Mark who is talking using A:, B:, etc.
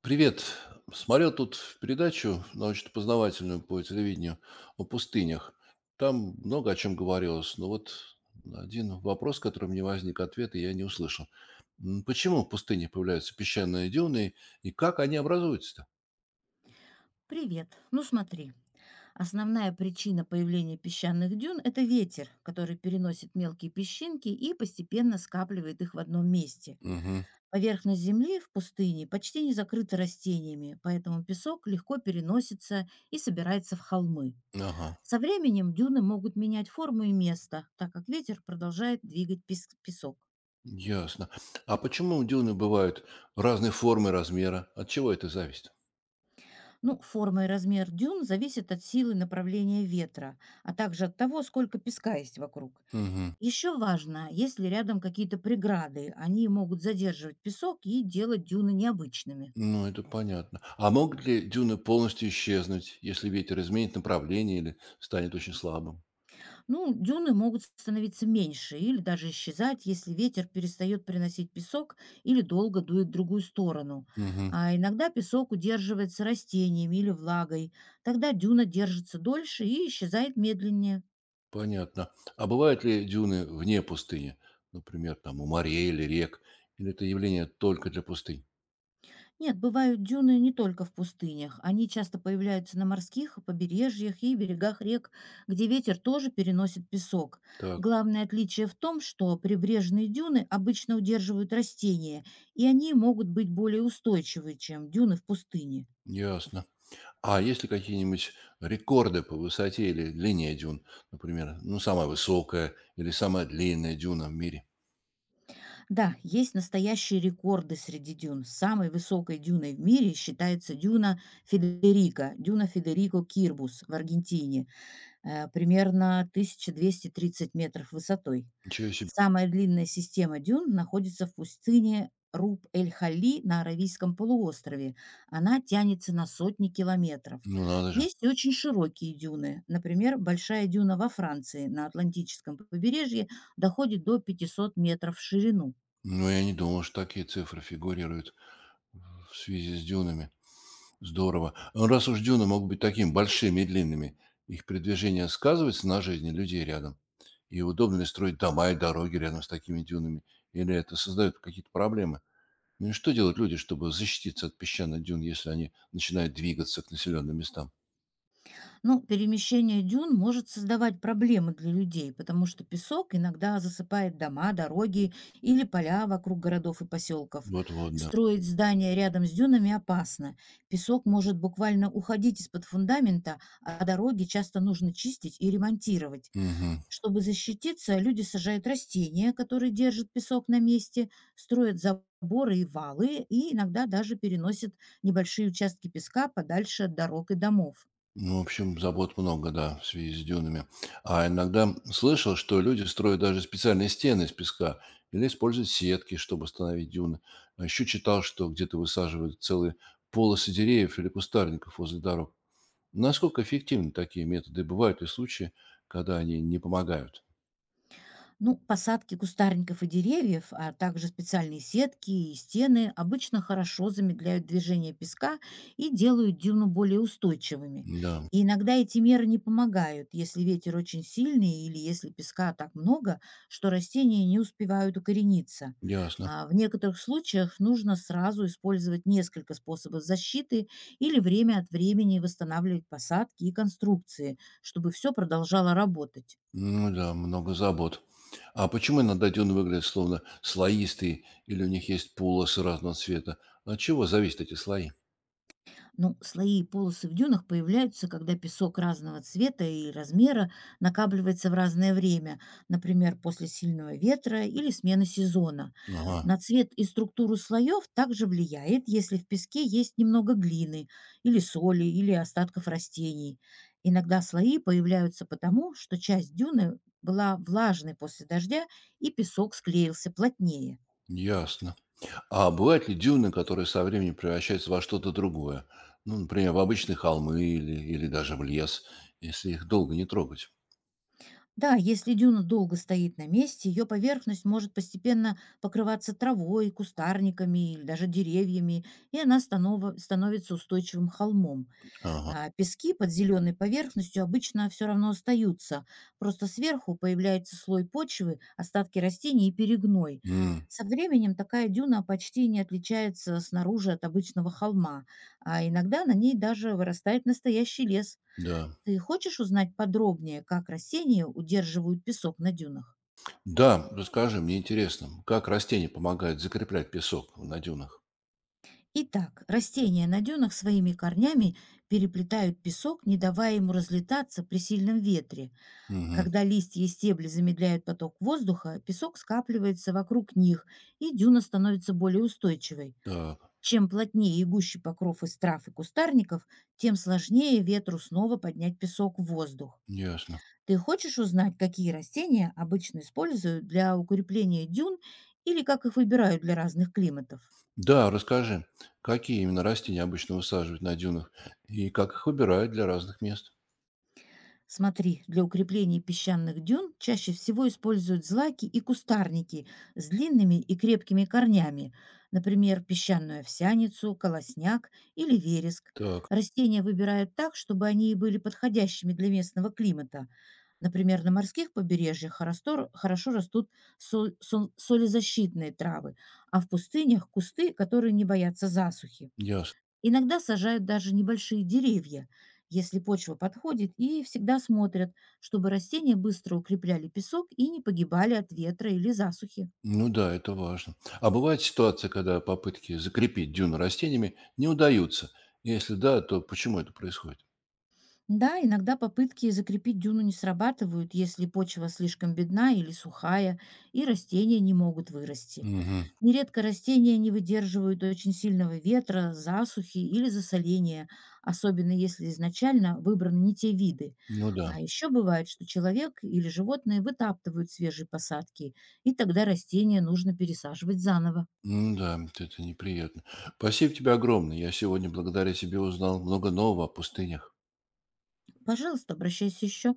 A: Привет. Смотрел тут передачу научно-познавательную по телевидению о пустынях. Там много о чем говорилось, но вот один вопрос, который мне возник, ответа я не услышал. Почему в пустыне появляются песчаные дюны и как они образуются-то?
B: Привет. Ну смотри, основная причина появления песчаных дюн – это ветер, который переносит мелкие песчинки и постепенно скапливает их в одном месте.
A: Угу.
B: Поверхность земли в пустыне почти не закрыта растениями, поэтому песок легко переносится и собирается в холмы.
A: Ага.
B: Со временем дюны могут менять форму и место, так как ветер продолжает двигать песок.
A: Ясно. А почему дюны бывают разной формы, размера? От чего это зависит?
B: Ну, форма и размер дюн зависят от силы направления ветра, а также от того, сколько песка есть вокруг.
A: Угу.
B: Еще важно, есть ли рядом какие-то преграды. Они могут задерживать песок и делать дюны необычными.
A: Ну, это понятно. А могут ли дюны полностью исчезнуть, если ветер изменит направление или станет очень слабым?
B: Ну, дюны могут становиться меньше или даже исчезать, если ветер перестает приносить песок или долго дует в другую сторону.
A: Мгм.
B: А иногда песок удерживается растениями или влагой. Тогда дюна держится дольше и исчезает медленнее.
A: Понятно. А бывают ли дюны вне пустыни? Например, там у морей или рек? Или это явление только для пустынь?
B: Нет, бывают дюны не только в пустынях. Они часто появляются на морских побережьях и берегах рек, где ветер тоже переносит песок.
A: Так,
B: Главное отличие в том, что прибрежные дюны обычно удерживают растения, и они могут быть более устойчивы, чем дюны в пустыне.
A: ясно. А есть ли какие-нибудь рекорды по высоте или длине дюн? Например, ну, самая высокая или самая длинная дюна в мире?
B: Да, есть настоящие рекорды среди дюн. Самой высокой дюной в мире считается дюна Федерико Кирбус в Аргентине. Примерно 1230 метров высотой.
A: Ничего себе.
B: Самая длинная система дюн находится в пустыне Руб-эль-Хали на Аравийском полуострове. Она тянется на сотни километров.
A: Ну, надо же.
B: Есть и очень широкие дюны. Например, большая дюна во Франции на Атлантическом побережье доходит до 500 метров в ширину.
A: Ну, я не думал, что такие цифры фигурируют в связи с дюнами. Здорово. Ну, раз уж дюны могут быть такими большими и длинными, их передвижение сказывается на жизни людей рядом? И удобно ли строить дома и дороги рядом с такими дюнами? Или это создает какие-то проблемы? Ну и что делают люди, чтобы защититься от песчаных дюн, если они начинают двигаться к населенным местам?
B: Ну, перемещение дюн может создавать проблемы для людей, потому что песок иногда засыпает дома, дороги или поля вокруг городов и поселков.
A: Вот-вот, да.
B: Строить здания рядом с дюнами опасно. Песок может буквально уходить из-под фундамента, а дороги часто нужно чистить и ремонтировать.
A: Мгм.
B: Чтобы защититься, люди сажают растения, которые держат песок на месте, строят заборы и валы и иногда даже переносят небольшие участки песка подальше от дорог и домов.
A: Ну, в общем, забот много, да, в связи с дюнами. А иногда слышал, что люди строят даже специальные стены из песка или используют сетки, чтобы остановить дюны. А еще читал, что где-то высаживают целые полосы деревьев или кустарников возле дорог. Насколько эффективны такие методы? Бывают ли случаи, когда они не помогают?
B: Ну, посадки кустарников и деревьев, а также специальные сетки и стены обычно хорошо замедляют движение песка и делают дюну более устойчивыми.
A: Да,
B: И иногда эти меры не помогают, если ветер очень сильный или если песка так много, что растения не успевают укорениться.
A: ясно.
B: А в некоторых случаях нужно сразу использовать несколько способов защиты или время от времени восстанавливать посадки и конструкции, чтобы все продолжало работать.
A: Ну да, много забот. А почему иногда дюны выглядят словно слоистые или у них есть полосы разного цвета? От чего зависят эти слои?
B: Ну, слои и полосы в дюнах появляются, когда песок разного цвета и размера накапливается в разное время, например, после сильного ветра или смены сезона.
A: Ага,
B: На цвет и структуру слоев также влияет, если в песке есть немного глины или соли или остатков растений. Иногда слои появляются потому, что часть дюны была влажной после дождя и песок склеился плотнее.
A: ясно. А бывают ли дюны, которые со временем превращаются во что-то другое? Ну, например, в обычные холмы или даже в лес, если их долго не трогать.
B: Да, если дюна долго стоит на месте, ее поверхность может постепенно покрываться травой, кустарниками или даже деревьями, и она становится устойчивым холмом.
A: Ага.
B: А пески под зеленой поверхностью обычно все равно остаются, просто сверху появляется слой почвы, остатки растений и перегной.
A: М,
B: Со временем такая дюна почти не отличается снаружи от обычного холма, а иногда на ней даже вырастает настоящий лес.
A: да.
B: Ты хочешь узнать подробнее, как растения удерживают песок на дюнах?
A: Да, расскажи, мне интересно, как растения помогают закреплять песок на дюнах?
B: Итак, растения на дюнах своими корнями переплетают песок, не давая ему разлетаться при сильном ветре.
A: Мгм.
B: Когда листья и стебли замедляют поток воздуха, песок скапливается вокруг них, и дюна становится более устойчивой.
A: Так,
B: Чем плотнее и гуще покров из трав и кустарников, тем сложнее ветру снова поднять песок в воздух.
A: ясно.
B: Ты хочешь узнать, какие растения обычно используют для укрепления дюн или как их выбирают для разных климатов?
A: Да, расскажи, какие именно растения обычно высаживают на дюнах и как их выбирают для разных мест?
B: Смотри, для укрепления песчаных дюн чаще всего используют злаки и кустарники с длинными и крепкими корнями, например, песчаную овсяницу, колосняк или вереск.
A: Так,
B: Растения выбирают так, чтобы они были подходящими для местного климата. Например, на морских побережьях хорошо растут солезащитные травы, а в пустынях – кусты, которые не боятся засухи.
A: ясно.
B: Иногда сажают даже небольшие деревья, если почва подходит, и всегда смотрят, чтобы растения быстро укрепляли песок и не погибали от ветра или засухи.
A: Ну да, это важно. А бывает ситуация, когда попытки закрепить дюну растениями не удаются. Если да, то почему это происходит?
B: Да, иногда попытки закрепить дюну не срабатывают, если почва слишком бедна или сухая, и растения не могут вырасти.
A: Мгм.
B: Нередко растения не выдерживают очень сильного ветра, засухи или засоления, особенно если изначально выбраны не те виды.
A: Ну да.
B: А еще бывает, что человек или животные вытаптывают свежие посадки, и тогда растения нужно пересаживать заново.
A: Ну да, это неприятно. Спасибо тебе огромное. Я сегодня благодаря тебе узнал много нового о пустынях.
B: Пожалуйста, обращайся еще.